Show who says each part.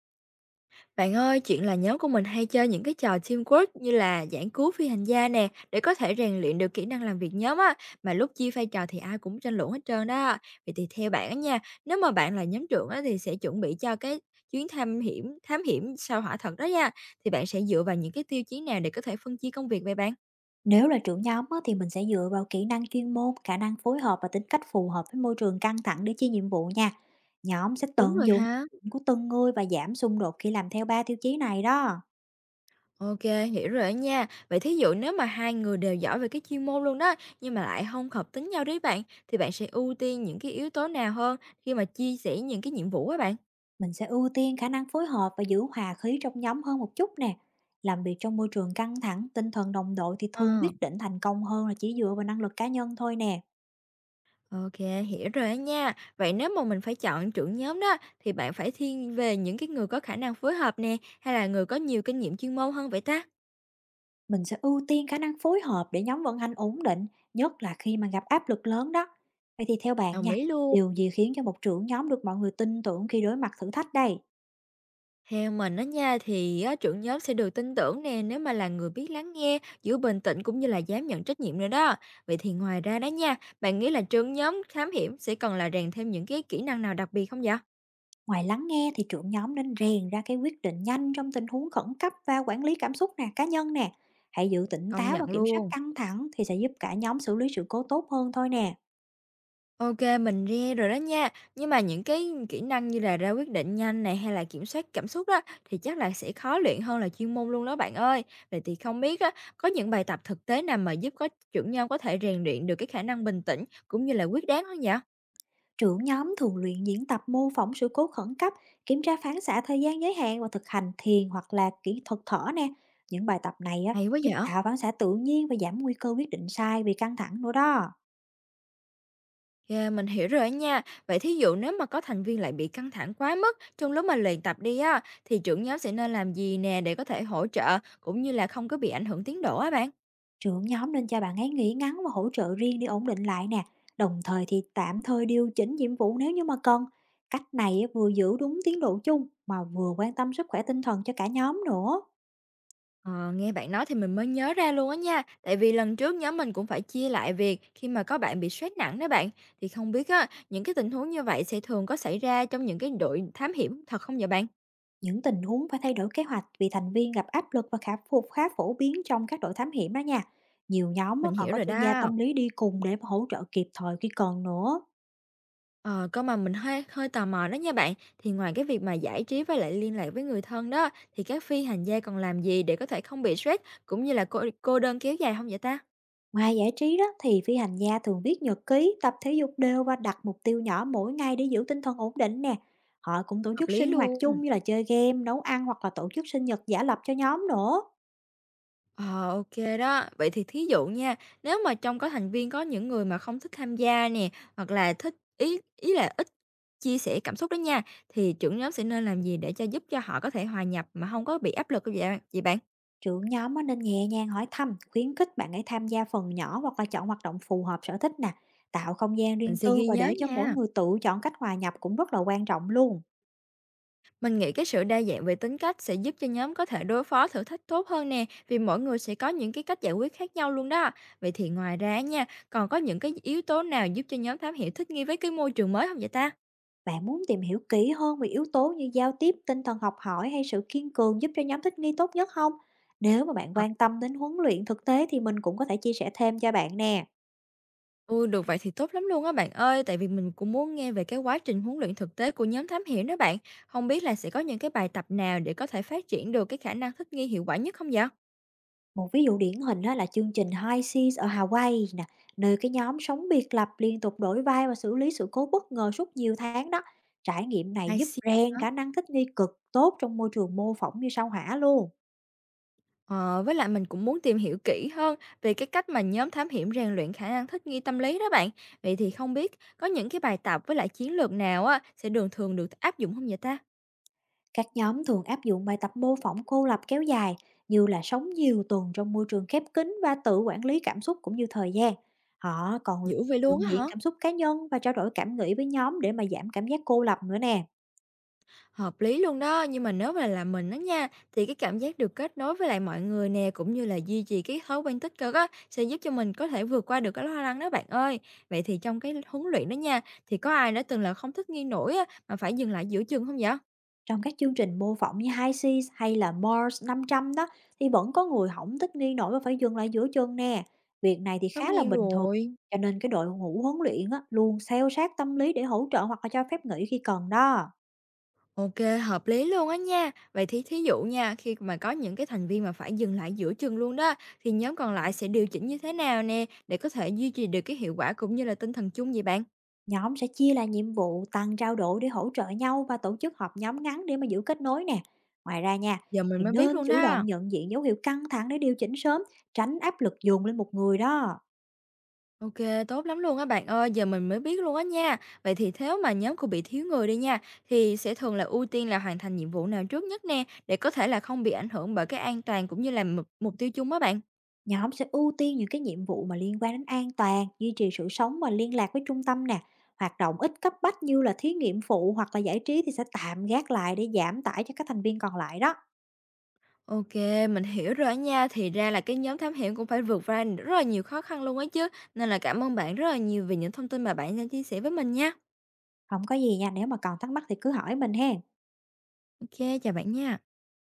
Speaker 1: Bạn ơi, chuyện là nhóm của mình hay chơi những cái trò teamwork như là giảng cứu phi hành gia nè, để có thể rèn luyện được kỹ năng làm việc nhóm á, mà lúc chia vai trò thì ai cũng tranh luận hết trơn đó. Vậy thì theo bạn á nha, nếu mà bạn là nhóm trưởng á thì sẽ chuẩn bị cho cái chuyến thám hiểm sao hỏa thật đó nha, thì bạn sẽ dựa vào những cái tiêu chí nào để có thể phân chia công việc vậy bạn?
Speaker 2: Nếu là trưởng nhóm á, thì mình sẽ dựa vào kỹ năng chuyên môn, khả năng phối hợp và tính cách phù hợp với môi trường căng thẳng để chia nhiệm vụ nha. Nhóm sẽ
Speaker 1: Đúng
Speaker 2: tận
Speaker 1: rồi
Speaker 2: dụng
Speaker 1: ha.
Speaker 2: điểm của từng người và giảm xung đột khi làm theo ba tiêu chí này đó.
Speaker 1: OK, hiểu rồi á nha. Vậy thí dụ nếu mà hai người đều giỏi về cái chuyên môn luôn đó, nhưng mà lại không hợp tính nhau đi bạn, thì bạn sẽ ưu tiên những cái yếu tố nào hơn khi mà chia sẻ những cái nhiệm vụ á bạn?
Speaker 2: Mình sẽ ưu tiên khả năng phối hợp và giữ hòa khí trong nhóm hơn một chút nè. Làm việc trong môi trường căng thẳng, tinh thần đồng đội thì thường
Speaker 1: Ờ,
Speaker 2: quyết định thành công hơn là chỉ dựa vào năng lực cá nhân thôi nè.
Speaker 1: OK, hiểu rồi á nha. Vậy nếu mà mình phải chọn trưởng nhóm đó, thì bạn phải thiên về những cái người có khả năng phối hợp nè, hay là người có nhiều kinh nghiệm chuyên môn hơn vậy ta?
Speaker 2: Mình sẽ ưu tiên khả năng phối hợp để nhóm vận hành ổn định, nhất là khi mà gặp áp lực lớn đó. Vậy thì theo bạn
Speaker 1: Đồng
Speaker 2: nha,
Speaker 1: ý luôn.
Speaker 2: điều gì khiến cho một trưởng nhóm được mọi người tin tưởng khi đối mặt thử thách đây?
Speaker 1: Theo mình á nha, thì á, trưởng nhóm sẽ được tin tưởng nè nếu mà là người biết lắng nghe, giữ bình tĩnh cũng như là dám nhận trách nhiệm nữa đó. Vậy thì ngoài ra đó nha, bạn nghĩ là trưởng nhóm thám hiểm sẽ cần là rèn thêm những cái kỹ năng nào đặc biệt không vậy?
Speaker 2: Ngoài lắng nghe thì trưởng nhóm nên rèn ra cái quyết định nhanh trong tình huống khẩn cấp và quản lý cảm xúc nè, cá nhân nè. Hãy giữ tỉnh
Speaker 1: Công
Speaker 2: táo và
Speaker 1: nhận
Speaker 2: kiểm soát
Speaker 1: luôn.
Speaker 2: căng thẳng thì sẽ giúp cả nhóm xử lý sự cố tốt hơn thôi nè.
Speaker 1: Ok, mình nghe rồi đó nha. Nhưng mà những cái kỹ năng như là ra quyết định nhanh này hay là kiểm soát cảm xúc đó thì chắc là sẽ khó luyện hơn là chuyên môn luôn đó bạn ơi. Vậy thì không biết á, có những bài tập thực tế nào mà giúp có trưởng nhóm có thể rèn luyện được cái khả năng bình tĩnh cũng như là quyết đoán không vậy?
Speaker 2: Trưởng nhóm thường luyện diễn tập mô phỏng sự cố khẩn cấp, kiểm tra phản xạ thời gian giới hạn và thực hành thiền hoặc là kỹ thuật thở nè. Những bài tập này á,
Speaker 1: Hay quá
Speaker 2: giúp
Speaker 1: vậy?
Speaker 2: tạo phản xạ tự nhiên và giảm nguy cơ quyết định sai vì căng thẳng nữa đó.
Speaker 1: Yeah, mình hiểu rồi đó nha. Vậy thí dụ nếu mà có thành viên lại bị căng thẳng quá mức trong lúc mà luyện tập đi á, thì trưởng nhóm sẽ nên làm gì nè để có thể hỗ trợ cũng như là không có bị ảnh hưởng tiến độ á bạn?
Speaker 2: Trưởng nhóm nên cho bạn ấy nghỉ ngắn và hỗ trợ riêng để ổn định lại nè. Đồng thời thì tạm thời điều chỉnh nhiệm vụ nếu như mà cần. Cách này á, vừa giữ đúng tiến độ chung mà vừa quan tâm sức khỏe tinh thần cho cả nhóm nữa.
Speaker 1: Ờ, nghe bạn nói thì mình mới nhớ ra luôn á nha. Tại vì lần trước nhóm mình cũng phải chia lại việc khi mà có bạn bị stress nặng đó bạn. Thì không biết á, những cái tình huống như vậy sẽ thường có xảy ra trong những cái đội thám hiểm thật không vậy bạn?
Speaker 2: Những tình huống phải thay đổi kế hoạch vì thành viên gặp áp lực và khả phục khá phổ biến trong các đội thám hiểm đó nha. Nhiều nhóm á,
Speaker 1: Mình
Speaker 2: còn
Speaker 1: hiểu
Speaker 2: có
Speaker 1: rồi
Speaker 2: chuyên gia
Speaker 1: đó.
Speaker 2: tâm lý đi cùng để mà hỗ trợ kịp thời khi cần nữa.
Speaker 1: Ờ, cơ mà mình hơi hơi tò mò đó nha bạn, thì ngoài cái việc mà giải trí với lại liên lạc với người thân đó, thì các phi hành gia còn làm gì để có thể không bị stress cũng như là cô đơn kéo dài không vậy ta?
Speaker 2: Ngoài giải trí đó thì phi hành gia thường viết nhật ký, tập thể dục đều và đặt mục tiêu nhỏ mỗi ngày để giữ tinh thần ổn định nè. Họ cũng tổ
Speaker 1: Hợp
Speaker 2: chức
Speaker 1: lý
Speaker 2: sinh hoạt
Speaker 1: luôn.
Speaker 2: chung như là chơi game, nấu ăn hoặc là tổ chức sinh nhật giả lập cho nhóm nữa.
Speaker 1: Ờ, ô đó. Vậy thì thí dụ nha, nếu mà trong có thành viên có những người mà không thích tham gia nè, hoặc là thích ý ý là ít chia sẻ cảm xúc đó nha, thì trưởng nhóm sẽ nên làm gì để cho giúp cho họ có thể hòa nhập mà không có bị áp lực như vậy vậy bạn?
Speaker 2: Trưởng nhóm á, nên nhẹ nhàng hỏi thăm, khuyến khích bạn ấy tham gia phần nhỏ hoặc là chọn hoạt động phù hợp sở thích nè. Tạo không gian
Speaker 1: Mình
Speaker 2: riêng
Speaker 1: sẽ
Speaker 2: tư
Speaker 1: ghi
Speaker 2: và
Speaker 1: nhớ
Speaker 2: để cho mỗi
Speaker 1: nha.
Speaker 2: người tự chọn cách hòa nhập cũng rất là quan trọng luôn.
Speaker 1: Mình nghĩ cái sự đa dạng về tính cách sẽ giúp cho nhóm có thể đối phó thử thách tốt hơn nè, vì mỗi người sẽ có những cái cách giải quyết khác nhau luôn đó. Vậy thì ngoài ra nha, còn có những cái yếu tố nào giúp cho nhóm thám hiểu thích nghi với cái môi trường mới không vậy ta?
Speaker 2: Bạn muốn tìm hiểu kỹ hơn về yếu tố như giao tiếp, tinh thần học hỏi hay sự kiên cường giúp cho nhóm thích nghi tốt nhất không? Nếu mà bạn
Speaker 1: Ờ,
Speaker 2: quan tâm đến huấn luyện thực tế thì mình cũng có thể chia sẻ thêm cho bạn nè.
Speaker 1: Ừ, được vậy thì tốt lắm luôn á bạn ơi, tại vì mình cũng muốn nghe về cái quá trình huấn luyện thực tế của nhóm thám hiểu đó bạn. Không biết là sẽ có những cái bài tập nào để có thể phát triển được cái khả năng thích nghi hiệu quả nhất không vậy?
Speaker 2: Một ví dụ điển hình đó là chương trình High Seas ở Hawaii nè, nơi cái nhóm sống biệt lập, liên tục đổi vai và xử lý sự cố bất ngờ suốt nhiều tháng đó. Trải nghiệm này
Speaker 1: I
Speaker 2: giúp
Speaker 1: see.
Speaker 2: rèn khả năng thích nghi cực tốt trong môi trường mô phỏng như sao hỏa luôn.
Speaker 1: Ờ, với lại mình cũng muốn tìm hiểu kỹ hơn về cái cách mà nhóm thám hiểm rèn luyện khả năng thích nghi tâm lý đó bạn. Vậy thì không biết có những cái bài tập với lại chiến lược nào á sẽ đường thường được áp dụng không vậy ta?
Speaker 2: Các nhóm thường áp dụng bài tập mô phỏng cô lập kéo dài, như là sống nhiều tuần trong môi trường khép kín và tự quản lý cảm xúc cũng như thời gian. Họ còn
Speaker 1: Dữ vậy luôn
Speaker 2: nhận
Speaker 1: á
Speaker 2: diện
Speaker 1: hả?
Speaker 2: cảm xúc cá nhân và trao đổi cảm nghĩ với nhóm để mà giảm cảm giác cô lập nữa nè.
Speaker 1: Hợp lý luôn đó, nhưng mà nếu mà là mình đó nha, thì cái cảm giác được kết nối với lại mọi người nè cũng như là duy trì cái thói quen tích cực á sẽ giúp cho mình có thể vượt qua được cái lo lắng đó bạn ơi. Vậy thì trong cái huấn luyện đó nha, thì có ai đã từng là không thích nghi nổi á mà phải dừng lại giữa chừng không vậy?
Speaker 2: Trong các chương trình mô phỏng như High Seas hay là Mars 500 đó, thì vẫn có người hỏng thích nghi nổi và phải dừng lại giữa chân nè. Việc này thì
Speaker 1: Tất
Speaker 2: khá là
Speaker 1: nhiên
Speaker 2: bình thường,
Speaker 1: rồi.
Speaker 2: cho nên cái đội ngũ huấn luyện á, luôn theo sát tâm lý để hỗ trợ hoặc là cho phép nghỉ khi cần đó.
Speaker 1: OK, hợp lý luôn á nha. Vậy thì thí dụ nha, khi mà có những cái thành viên mà phải dừng lại giữa chừng luôn đó, thì nhóm còn lại sẽ điều chỉnh như thế nào nè, để có thể duy trì được cái hiệu quả cũng như là tinh thần chung vậy bạn?
Speaker 2: Nhóm sẽ chia là nhiệm vụ, tăng trao đổi để hỗ trợ nhau và tổ chức họp nhóm ngắn để mà giữ kết nối nè. Ngoài ra nha,
Speaker 1: Giờ mình
Speaker 2: thì
Speaker 1: mới biết
Speaker 2: nên
Speaker 1: luôn
Speaker 2: chủ
Speaker 1: đó.
Speaker 2: động nhận diện dấu hiệu căng thẳng để điều chỉnh sớm, tránh áp lực dồn lên một người đó.
Speaker 1: OK, tốt lắm luôn á bạn ơi, giờ mình mới biết luôn á nha. Vậy thì nếu mà nhóm của bị thiếu người đi nha, thì sẽ thường là ưu tiên là hoàn thành nhiệm vụ nào trước nhất nè, để có thể là không bị ảnh hưởng bởi cái an toàn cũng như là mục tiêu chung á bạn.
Speaker 2: Nhóm sẽ ưu tiên những cái nhiệm vụ mà liên quan đến an toàn, duy trì sự sống và liên lạc với trung tâm nè. Hoạt động ít cấp bách như là thí nghiệm phụ hoặc là giải trí thì sẽ tạm gác lại để giảm tải cho các thành viên còn lại đó.
Speaker 1: OK, mình hiểu rồi nha. Thì ra là cái nhóm thám hiểm cũng phải vượt qua rất là nhiều khó khăn luôn ấy chứ. Nên là cảm ơn bạn rất là nhiều vì những thông tin mà bạn đã chia sẻ với mình nha.
Speaker 2: Không có gì nha, nếu mà còn thắc mắc thì cứ hỏi mình hen.
Speaker 1: OK, chào bạn nha.